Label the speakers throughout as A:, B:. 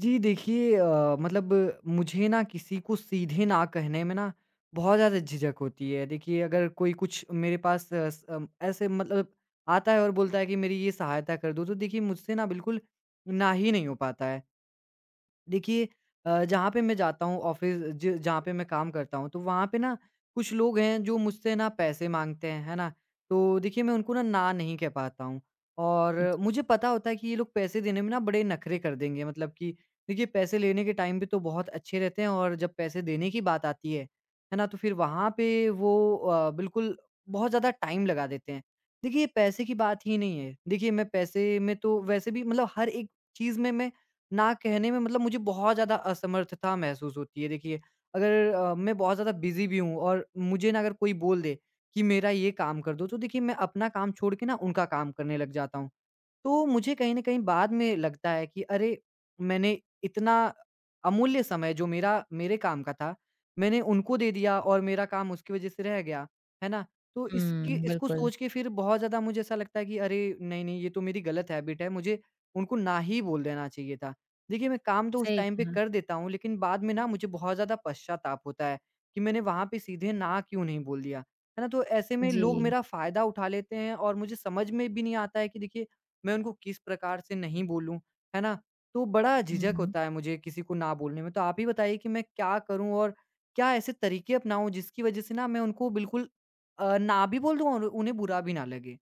A: जी देखिए मतलब मुझे ना किसी को सीधे ना कहने में ना बहुत ज़्यादा झिझक होती है। देखिए अगर कोई कुछ मेरे पास ऐसे मतलब आता है और बोलता है कि मेरी ये सहायता कर दो, तो देखिए मुझसे ना बिल्कुल ना ही नहीं हो पाता है। देखिए जहाँ पे मैं जाता हूँ ऑफिस ज जहाँ पे मैं काम करता हूँ, तो वहाँ पे ना कुछ लोग हैं जो मुझसे ना पैसे माँगते हैं, है ना? तो देखिए मैं उनको ना, ना नहीं कह पाता हूँ और मुझे पता होता है कि ये लोग पैसे देने में ना बड़े नखरे कर देंगे मतलब कि देखिए पैसे लेने के टाइम पे तो बहुत अच्छे रहते हैं और जब पैसे देने की बात आती है ना? तो फिर वहाँ पे वो बिल्कुल बहुत ज़्यादा टाइम लगा देते हैं। देखिए पैसे की बात ही नहीं है, देखिए मैं पैसे में तो वैसे भी मतलब हर एक चीज़ में मैं ना कहने में मतलब मुझे बहुत ज़्यादा असमर्थता महसूस होती है। देखिए, अगर मैं बहुत ज़्यादा बिज़ी भी हूँ और मुझे ना अगर कोई बोल दे कि मेरा ये काम कर दो, तो देखिए मैं अपना काम छोड़ के ना उनका काम करने लग जाता हूँ। तो मुझे कहीं न कहीं बाद में लगता है कि अरे! मैंने इतना अमूल्य समय जो मेरा मेरे काम का था, मैंने उनको दे दिया और मेरा काम उसकी वज़ह से रह गया, है ना? तो इसकी
B: हुँ,
A: इसको
B: बिल्कुल,
A: सोच के फिर बहुत ज़्यादा मुझे ऐसा लगता है कि अरे! नहीं, नहीं ये तो मेरी गलत हैबिट है, मुझे उनको ना ही बोल देना चाहिए था। देखिए मैं काम तो उस
B: सही
A: टाइम पे
B: कहा।
A: कर देता हूँ लेकिन बाद में ना मुझे बहुत ज़्यादा पश्चाताप होता है, कि मैंने वहाँ पे सीधे ना क्यों नहीं बोल दिया, है ना? तो ऐसे में लोग
B: जी,
A: मेरा फ़ायदा उठा लेते हैं और मुझे समझ में भी नहीं आता है कि देखिए मैं उनको किस प्रकार से नहीं बोलूँ, है ना? तो बड़ा झिझक
B: हुँ।
A: होता है मुझे किसी को ना बोलने में, तो आप ही बताइए कि मैं क्या करूँ और क्या ऐसे तरीके अपनाऊँ जिसकी वजह से ना मैं उनको बिल्कुल ना भी बोल दूँ और उन्हें बुरा भी ना लगे?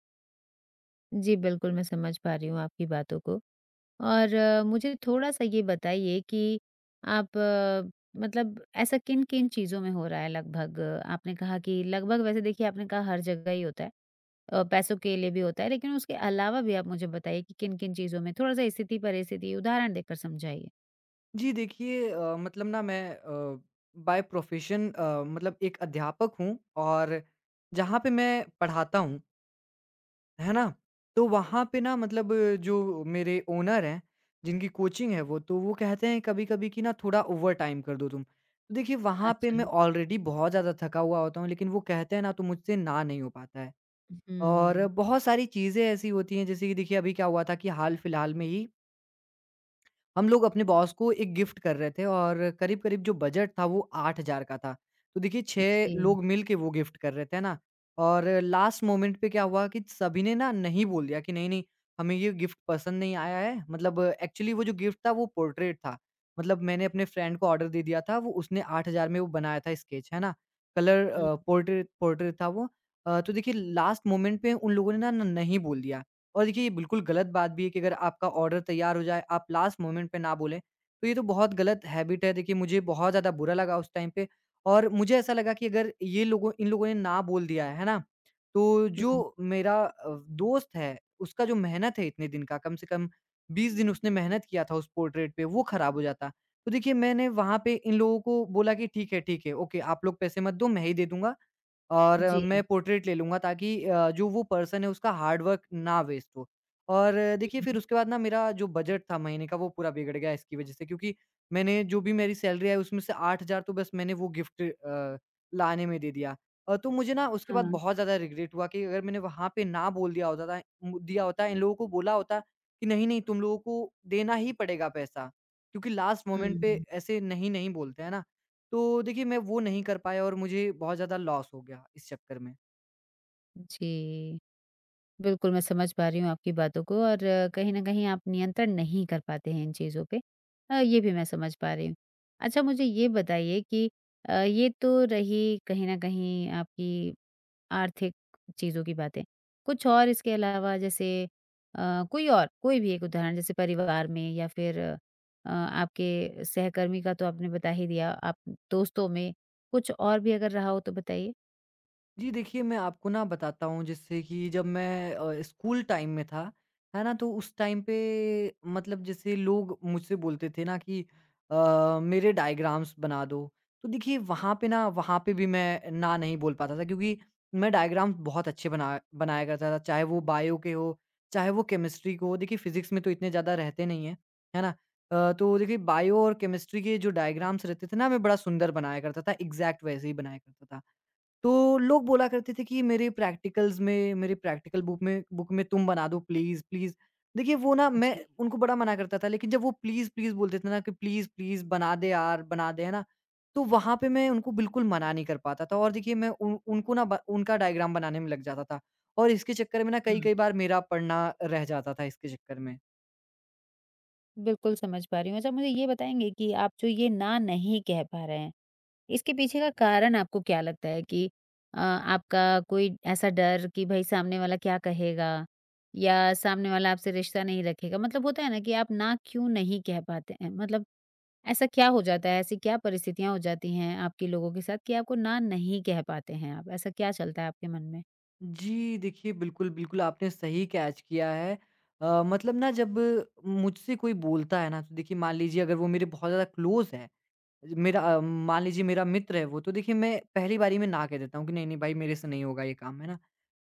B: जी, बिल्कुल मैं समझ पा रही हूँ आपकी बातों को और मुझे थोड़ा-सा ये बताइए कि आप मतलब ऐसा किन-किन चीज़ों में हो रहा है लगभग? आपने कहा कि लगभग वैसे देखिए आपने कहा हर जगह ही होता है, पैसों के लिए भी होता है, लेकिन उसके अलावा भी आप मुझे बताइए कि किन-किन चीज़ों में? थोड़ा-सा स्थिति, परिस्थिति, उदाहरण देकर समझाइए।
A: जी देखिए मतलब ना मैं बाय प्रोफ़ेशन मतलब एक अध्यापक हूँ और जहाँ पे मैं पढ़ाता हूँ है ना? तो वहाँ पे ना मतलब जो मेरे ओनर हैं, जिनकी कोचिंग है वो, तो वो कहते हैं कभी-कभी कि ना थोड़ा ओवरटाइम कर दो तुम। तो देखिए वहाँ पे मैं
B: अच्छा,
A: ऑलरेडी बहुत ज़्यादा थका हुआ होता हूँ, लेकिन वो कहते हैं ना तो मुझसे ना नहीं हो पाता है। और
B: हुँ।
A: बहुत सारी चीज़ें ऐसी होती हैं जैसे कि देखिए अभी क्या हुआ था कि हाल-फिलहाल में ही हम लोग अपने बॉस को एक गिफ्ट कर रहे थे और करीब-करीब जो बजट था वो 8,000 का था। तो देखिए 6
B: जी,
A: लोग मिल के वो गिफ्ट कर रहे थे, है ना? और लास्ट मोमेंट पे क्या हुआ कि सभी ने ना नहीं बोल दिया कि नहीं-नहीं हमें ये गिफ्ट पसंद नहीं आया है। मतलब एक्चुअली वो जो गिफ्ट था वो पोर्ट्रेट था। मतलब मैंने अपने फ्रेंड को ऑर्डर दे दिया था, वो उसने 8,000 में वो बनाया था स्केच, है ना? कलर
B: हुँ,
A: पोर्ट्रेट पोर्ट्रेट था वो। तो देखिए लास्ट मोमेंट पे उन लोगों ने ना न नहीं बोल दिया। और देखिए ये बिल्कुल गलत बात भी है कि अगर आपका ऑर्डर तैयार हो जाए, आप लास्ट मोमेंट पे ना बोलें, तो ये तो बहुत गलत हैबिट है। देखिए मुझे बहुत ज़्यादा बुरा लगा उस टाइम पे और मुझे ऐसा लगा कि अगर ये लोगों इन लोगों ने ना बोल दिया है ना? तो जो
B: हुँ।
A: मेरा दोस्त है, उसका जो मेहनत है इतने दिन का, कम से कम 20 दिन उसने मेहनत किया था उस पोर्ट्रेट पे, वो ख़राब हो जाता। तो देखिए मैंने वहाँ पे इन लोगों को बोला कि ठीक है, ओके आप लोग पैसे मत दो, मैं ही दे दूँगा। और
B: जी,
A: मैं पोर्ट्रेट ले लूँगा ताकि जो वो पर्सन है उसका हार्ड वर्क ना वेस्ट हो। और देखिए फिर
B: हुँ,
A: उसके बाद ना मेरा जो बजट था महीने का वो पूरा बिगड़ गया इसकी वज़ह से क्योंकि मैंने जो भी मेरी सैलरी आई उसमें से 8,000 तो बस मैंने वो गिफ्ट लाने में दे दिया। तो मुझे ना उसके बाद
B: हाँ,
A: बहुत ज़्यादा रिग्रेट हुआ कि अगर मैंने वहाँ पे ना बोल दिया होता था मु दिया होता इन लोगों को बोला होता कि नहीं-नहीं तुम लोगों को देना ही पड़ेगा पैसा। क्योंकि लास्ट मोमेंट पे
B: हुँ।
A: ऐसे नहीं-नहीं बोलते हैं ना। तो देखिए मैं वो नहीं कर पाया और मुझे बहुत ज़्यादा लॉस हो गया इस चक्कर में।
B: जी। बिल्कुल, मैं समझ पा रही हूँ आपकी बातों को और कहीं न कहीं आप नियंत्रण नहीं कर पाते हैं इन चीज़ों पे। ये भी मैं समझ पा रही हूँ। अच्छा मुझे ये बताइए कि ये तो रही कहीं न कहीं आपकी आर्थिक चीज़ों की बातें। कुछ और इसके अलावा जैसे कोई और कोई भी एक उदाहरण जैसे परिवार में या फिर आपके सहकर्मी का तो आपने बता ही दिया, आप दोस्तों में कुछ और भी अगर रहा हो तो बताइए?
A: जी, देखिए मैं आपको ना बताता हूँ जिससे कि जब मैं स्कूल टाइम में था, है ना? तो उस टाइम पे मतलब जैसे लोग मुझसे बोलते थे ना कि मेरे डायग्राम्स बना दो। तो देखिए वहाँ पे भी मैं ना नहीं बोल पाता था क्योंकि मैं डायग्राम्स बहुत अच्छे बनाया करता था, चाहे वो बायो के हो, चाहे वो केमिस्ट्री के हो। देखिए फिज़िक्स में तो इतने ज़्यादा रहते नहीं हैं, है ना? तो देखिए बायो और केमिस्ट्री के जो डायग्राम्स रहते थे ना मैं बड़ा सुंदर बनाया करता था, एग्ज़ैक्ट वैसे ही बनाया करता था। तो लोग बोला करते थे कि मेरे प्रैक्टिकल बुक में तुम बना दो प्लीज़, प्लीज़। देखिए वो ना मैं
B: जी।
A: उनको बड़ा मना करता था लेकिन जब वो प्लीज़, प्लीज़ बोलते थे ना कि प्लीज़, प्लीज़ बना दे यार, बना दे, है ना? तो वहाँ पे मैं उनको बिल्कुल मना नहीं कर पाता था और देखिए मैं उन उनको ना ब उनका डायग्राम बनाने में लग जाता था और इसके चक्कर में ना
B: हुँ।
A: कई-कई बार मेरा पढ़ना रह जाता था इसके चक्कर में।
B: बिल्कुल समझ पा रही हूँ। अच्छा मुझे ये बताएँगे कि आप जो ये ना नहीं कह पा रहे हैं, इसके पीछे का कारण आपको क्या लगता है कि आपका कोई ऐसा डर कि भई सामने वाला क्या कहेगा? या सामने वाला आपसे रिश्ता नहीं रखेगा? मतलब होता है ना कि आप ना क्यों नहीं कह पाते हैं? मतलब ऐसा क्या हो जाता है? ऐसी क्या परिस्थितियाँ हो जाती हैं आपके लोगों के साथ कि आपको ना नहीं कह पाते हैं आप? ऐसा क्या चलता है आपके मन में?
A: जी, देखिए बिल्कुल, बिल्कुल आपने सही कैच किया है। मतलब ना जब मुझसे कोई बोलता है ना तो देखिए मान लीजिए अगर वो मेरे बहुत ज़्यादा क्लोज़ है, मेरा मान लीजिए मेरा मित्र है वो, तो देखिए मैं पहली बारी में ना कह देता हूँ कि नहीं, नहीं भाई मेरे से नहीं होगा ये काम, है ना?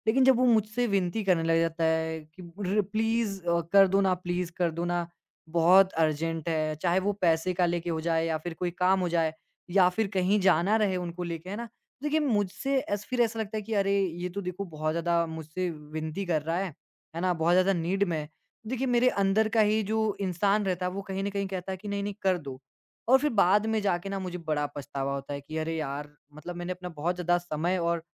A: लेकिन जब वो मुझसे विनती करने लग जाता है कि र प्लीज़ कर दो ना प्लीज़ कर दो ना, बहुत अर्जेंट है। चाहे वो पैसे का लेके हो जाए या फिर कोई काम हो जाए या फिर कहीं जाना रहे उनको लेके, है ना? देखिए मुझसे ऐस फिर ऐसा लगता है कि अरे! ये तो देखो बहुत ज़्यादा मुझसे विनती कर रहा है ना? बहुत ज़्यादा नीड में है। देखिए मेरे अंदर का ही जो इंसान रहता है वो कहीं न कहीं कहता है कि नहीं, नहीं कर दो। और फिर बाद में जाके ना मुझे बड़ा पछतावा होता है कि अरे यार! मतलब मैंने अपना बहुत ज़्यादा समय और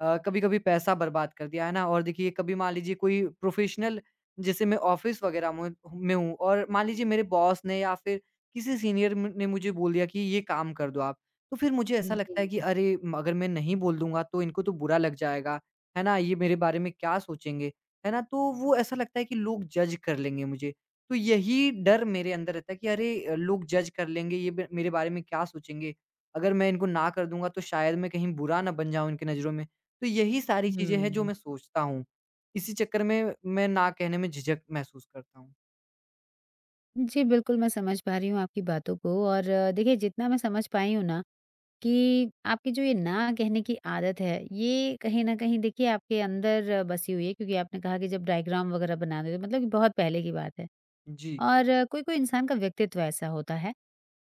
A: कभी-कभी पैसा बर्बाद कर दिया, है ना? और देखिए कभी मान लीजिए कोई प्रोफ़ेशनल जैसे मैं ऑफ़िस वग़ैरह में हूँ और मान लीजिए मेरे बॉस ने या फिर किसी सीनियर म ने मुझे बोल दिया कि ये काम कर दो आप, तो फिर मुझे ऐसा लगता है कि
B: जी।
A: अरे! म अगर मैं नहीं बोल दूँगा तो इनको तो बुरा लग जाएगा, है ना? ये मेरे बारे में क्या सोचेंगे, है ना? तो वो ऐसा लगता है कि लोग जज कर लेंगे मुझे। तो यही डर मेरे अंदर रहता है कि अरे लोग जज कर लेंगे, ये ब मेरे बारे में क्या सोचेंगे? अगर मैं इनको ना कर दूँगा तो शायद मैं कहीं बुरा ना बन जाऊँ इनकी नज़रों में। तो यही सारी चीज़ें हैं जो
B: हुँ।
A: मैं सोचता हूँ। इसी चक्कर में मैं ना कहने में झिझक महसूस करता हूँ।
B: जी, बिल्कुल मैं समझ पा रही हूँ आपकी बातों को और देखिए जितना मैं समझ पाई हूँ ना कि आपकी जो ये ना कहने की आदत है, ये कहीं न कहीं देखिए आपके अंदर बसी हुई है क्योंकि आपने कहा कि जब डायग्राम वगैरह बनाते थे मतलब कि बहुत पहले की बात है।
A: जी,
B: और कोई-कोई इंसान का व्यक्तित्व ऐसा होता है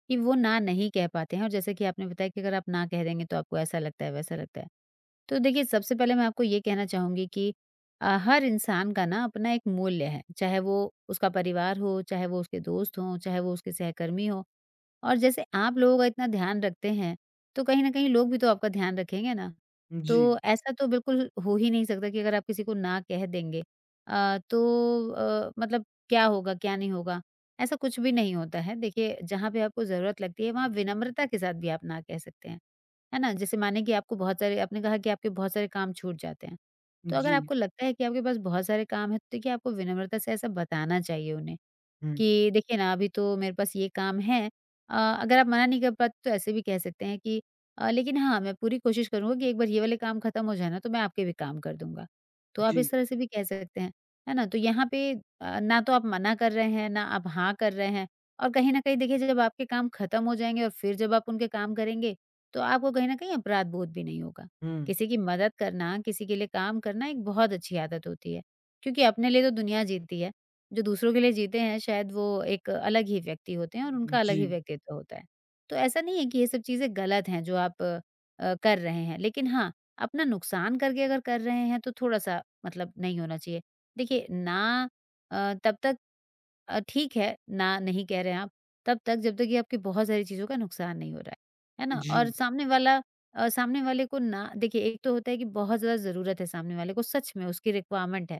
B: कि वो ना नहीं कह पाते हैं और जैसे कि आपने बताया कि अगर आप ना कह देंगे तो आपको ऐसा लगता है, वैसा लगता है। तो देखिए सबसे पहले मैं आपको ये कहना चाहूँगी कि हर इंसान का ना अपना एक मूल्य है, चाहे वो उसका परिवार हो, चाहे वो उसके दोस्त हों, चाहे वो उसके सहकर्मी हो और जैसे आप लोगों का इतना ध्यान रखते हैं, तो कहीं न कहीं लोग भी तो आपका ध्यान रखेंगे ना।
A: जी,
B: तो ऐसा तो बिल्कुल हो ही नहीं सकता कि अगर आप किसी को ना कह देंगे तो मतलब क्या होगा, क्या नहीं होगा? ऐसा कुछ भी नहीं होता है। देखिए, जहाँ पे आपको ज़रूरत लगती है, वहाँ विनम्रता के साथ भी आप ना कह सकते हैं। है ना? जैसे माने कि आपको बहुत सारे आपने कहा कि आपके बहुत सारे काम छूट जाते हैं। तो अगर
A: जी,
B: आपको लगता है कि आपके पास बहुत सारे काम हैं, तो देखिए आपको विनम्रता से ऐसा बताना चाहिए उन्हें।
A: हुँ,
B: कि देखिए ना अभी तो मेरे पास ये काम है। अगर आप मना नहीं कर पाते तो ऐसे भी कह सकते हैं कि लेकिन हाँ, मैं पूरी कोशिश करूँगा कि एक बार ये वाले काम खत्म हो जाए ना तो मैं आपके भी काम कर दूँगा। तो आप
A: जी,
B: इस तरह से भी कह सकते हैं, है ना? तो यहाँ पे ना तो आप मना कर रहे हैं, ना आप हाँ कर रहे हैं और कहीं न कहीं देखिए जब आपके काम खत्म हो जाएँगे और फिर जब आप उनके काम करेंगे, तो आपको कहीं न कहीं अपराध बोध भी नहीं होगा।
A: हुँ,
B: किसी की मदद करना, किसी के लिए काम करना एक बहुत अच्छी आदत होती है, क्योंकि अपने लिए तो दुनिया जीती है। जो दूसरों के लिए जीते हैं शायद वो एक अलग ही व्यक्ति होते हैं और उनका अलग ही
A: जी,
B: व्यक्तित्व होता है। तो ऐसा नहीं है कि ये सब चीज़ें गलत हैं जो आप कर रहे हैं, लेकिन हाँ, अपना नुकसान करके अगर कर रहे हैं तो थोड़ा-सा मतलब नहीं होना चाहिए। देखिए ना तब तक ठीक है, ना नहीं कह रहे हैं आप, तब तक जब तक ये आपकी बहुत सारी चीज़ों का नुकसान नहीं हो रहा है ना? और
A: जी,
B: सामने वाला सामने वाले को ना देखिए एक तो होता है कि बहुत ज़्यादा ज़रूरत है सामने वाले को, सच में उसकी रिक्वायरमेंट है,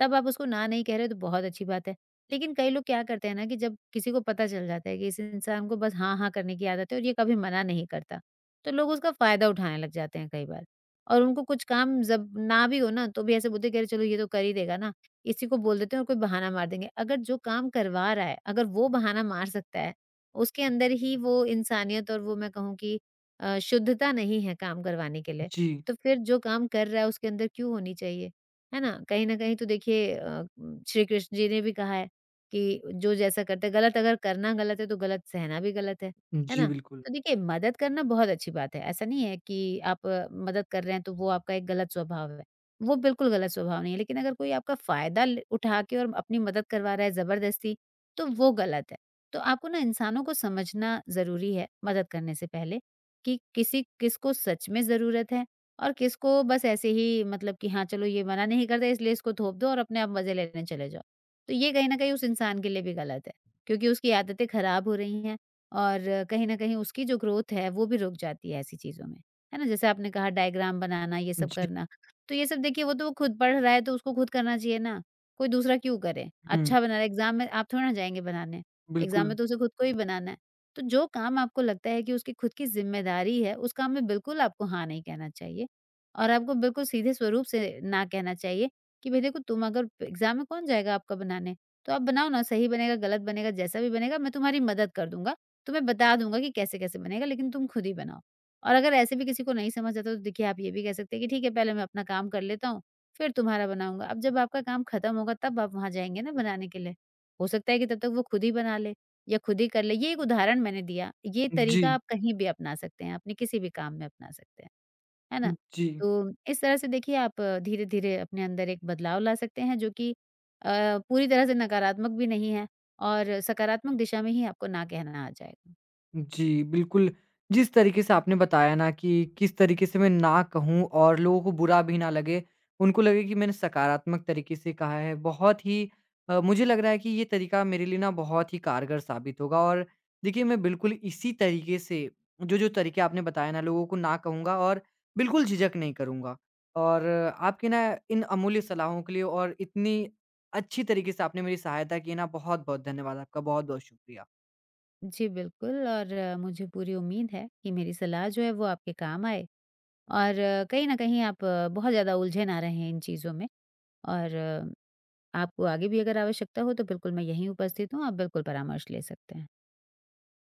B: तब आप उसको ना नहीं कह रहे हो तो बहुत अच्छी बात है। लेकिन कई लोग क्या करते हैं ना कि जब किसी को पता चल जाता है कि इस इंसान को बस हाँ, हाँ करने की आदत है और ये कभी मना नहीं करता, तो लोग उसका फ़ायदा उठाने लग जाते हैं कई बार। और उनको कुछ काम जब ना भी हो ना, तो भी ऐसे बोलते हैं कि अरे चलो ये तो कर ही देगा ना, किसी को बोल देते हैं और कोई बहाना मार देंगे। अगर जो काम करवा रहा है, अगर वो बहाना मार सकता है, उसके अंदर ही वो इंसानियत और वो मैं कहूँ कि शुद्धता नहीं है काम करवाने के लिए।
A: जी,
B: तो फिर जो काम कर रहा है उसके अंदर क्यों होनी चाहिए? है ना? कहीं न कहीं तो देखिए श्री कृष्ण जी ने भी कहा है कि जो जैसा करता है गलत अगर करना गलत है तो गलत सहना भी गलत है। है
A: जी,
B: ना?
A: बिल्कुल।
B: तो देखिए मदद करना बहुत अच्छी बात है। ऐसा नहीं है कि आप मदद कर रहे हैं तो वो आपका एक गलत स्वभाव है। वो बिल्कुल गलत स्वभाव नहीं है, लेकिन अगर कोई आपका फ़ायदा ल उठा के और अपनी मदद करवा रहा है ज़बरदस्ती, तो वो गलत है। तो आपको ना इंसानों को समझना ज़रूरी है, मदद करने से पहले, कि किसी किसको सच में ज़रूरत है और किसको बस ऐसे ही मतलब कि हाँ, चलो ये मना नहीं करता इसलिए इसको थोप दो और अपने आप मज़े लेने चले जाओ। तो ये कहीं न कहीं उस इंसान के लिए भी गलत है, क्योंकि उसकी आदतें खराब हो रही हैं और कहीं न कहीं उसकी जो ग्रोथ है, वो भी रुक जाती है ऐसी चीज़ों में। है ना? जैसे आपने कहा डायग्राम बनाना, ये सब
A: जी,
B: करना। तो ये सब देखिए वो खुद पढ़ रहा है तो उसको खुद करना चाहिए ना, कोई दूसरा क्यों करे?
A: हुँ,
B: अच्छा बना रहा है एग्ज़ाम में आप थोड़ी ना जाएँगे बनाने, एग्ज़ाम
A: बिल्कुल।
B: में तो उसे खुद को ही बनाना है। तो जो काम आपको लगता है कि उसकी खुद की ज़िम्मेदारी है, उस काम में बिल्कुल आपको हाँ नहीं कहना चाहिए और आपको बिल्कुल सीधे स्वरूप से ना कहना चाहिए कि भई देखो तुम अगर एग्ज़ाम में कौन जाएगा आपका बनाने? तो आप बनाओ ना सही बनेगा, गलत बनेगा, जैसा भी बनेगा मैं तुम्हारी मदद कर दूँगा, तुम्हें बता दूँगा कि कैसे-कैसे बनेगा लेकिन तुम खुद ही बनाओ। और अगर ऐसे भी किसी को नहीं समझ आता तो देखिए आप ये भी कह सकते हैं कि ठीक है पहले मैं अपना काम कर लेता हूँ, फिर तुम्हारा बनाऊँगा। अब जब आपका काम खत्म होगा तब आप वहाँ जाएँगे ना बनाने के लिए। हो सकता है कि तब तक वो खुद ही बना ले या खुद ही कर ले। ये एक उदाहरण मैंने दिया, ये
A: जी,
B: तरीका आप कहीं भी अपना सकते हैं, अपने किसी भी काम में अपना सकते हैं, है ना?
A: जी।
B: तो इस तरह से देखिए आप धीरे-धीरे अपने अंदर एक बदलाव ला सकते हैं जो कि पूरी तरह से नकारात्मक भी नहीं है और सकारात्मक दिशा में ही आपको ना कहना आ जाएगा।
A: जी, बिल्कुल। जिस तरीके से आपने बताया ना कि किस तरीके से मैं ना कहूँ और लोगों को बुरा भी ना लगे, उनको लगे कि मैंने सकारात्मक तरीके से कहा है, बहुत ही मुझे लग रहा है कि ये तरीका मेरे लिए ना बहुत ही कारगर साबित होगा और देखिए मैं बिल्कुल इसी तरीके से जो-जो तरीके आपने बताए ना लोगों को ना कहूँगा और बिल्कुल झिझक नहीं करूँगा। और आपकी ना इन अमूल्य सलाहों के लिए और इतनी अच्छी तरीके से आपने मेरी सहायता की ना बहुत-बहुत धन्यवाद आपका, बहुत-बहुत शुक्रिया।
B: जी, बिल्कुल और मुझे पूरी उम्मीद है कि मेरी सलाह जो है वो आपके काम आए और कहीं न कहीं आप बहुत ज़्यादा उलझे ना रहें इन चीज़ों में और आपको आगे भी अगर आवश्यकता हो तो बिल्कुल मैं यहीं उपस्थित हूँ, आप बिल्कुल परामर्श ले सकते हैं।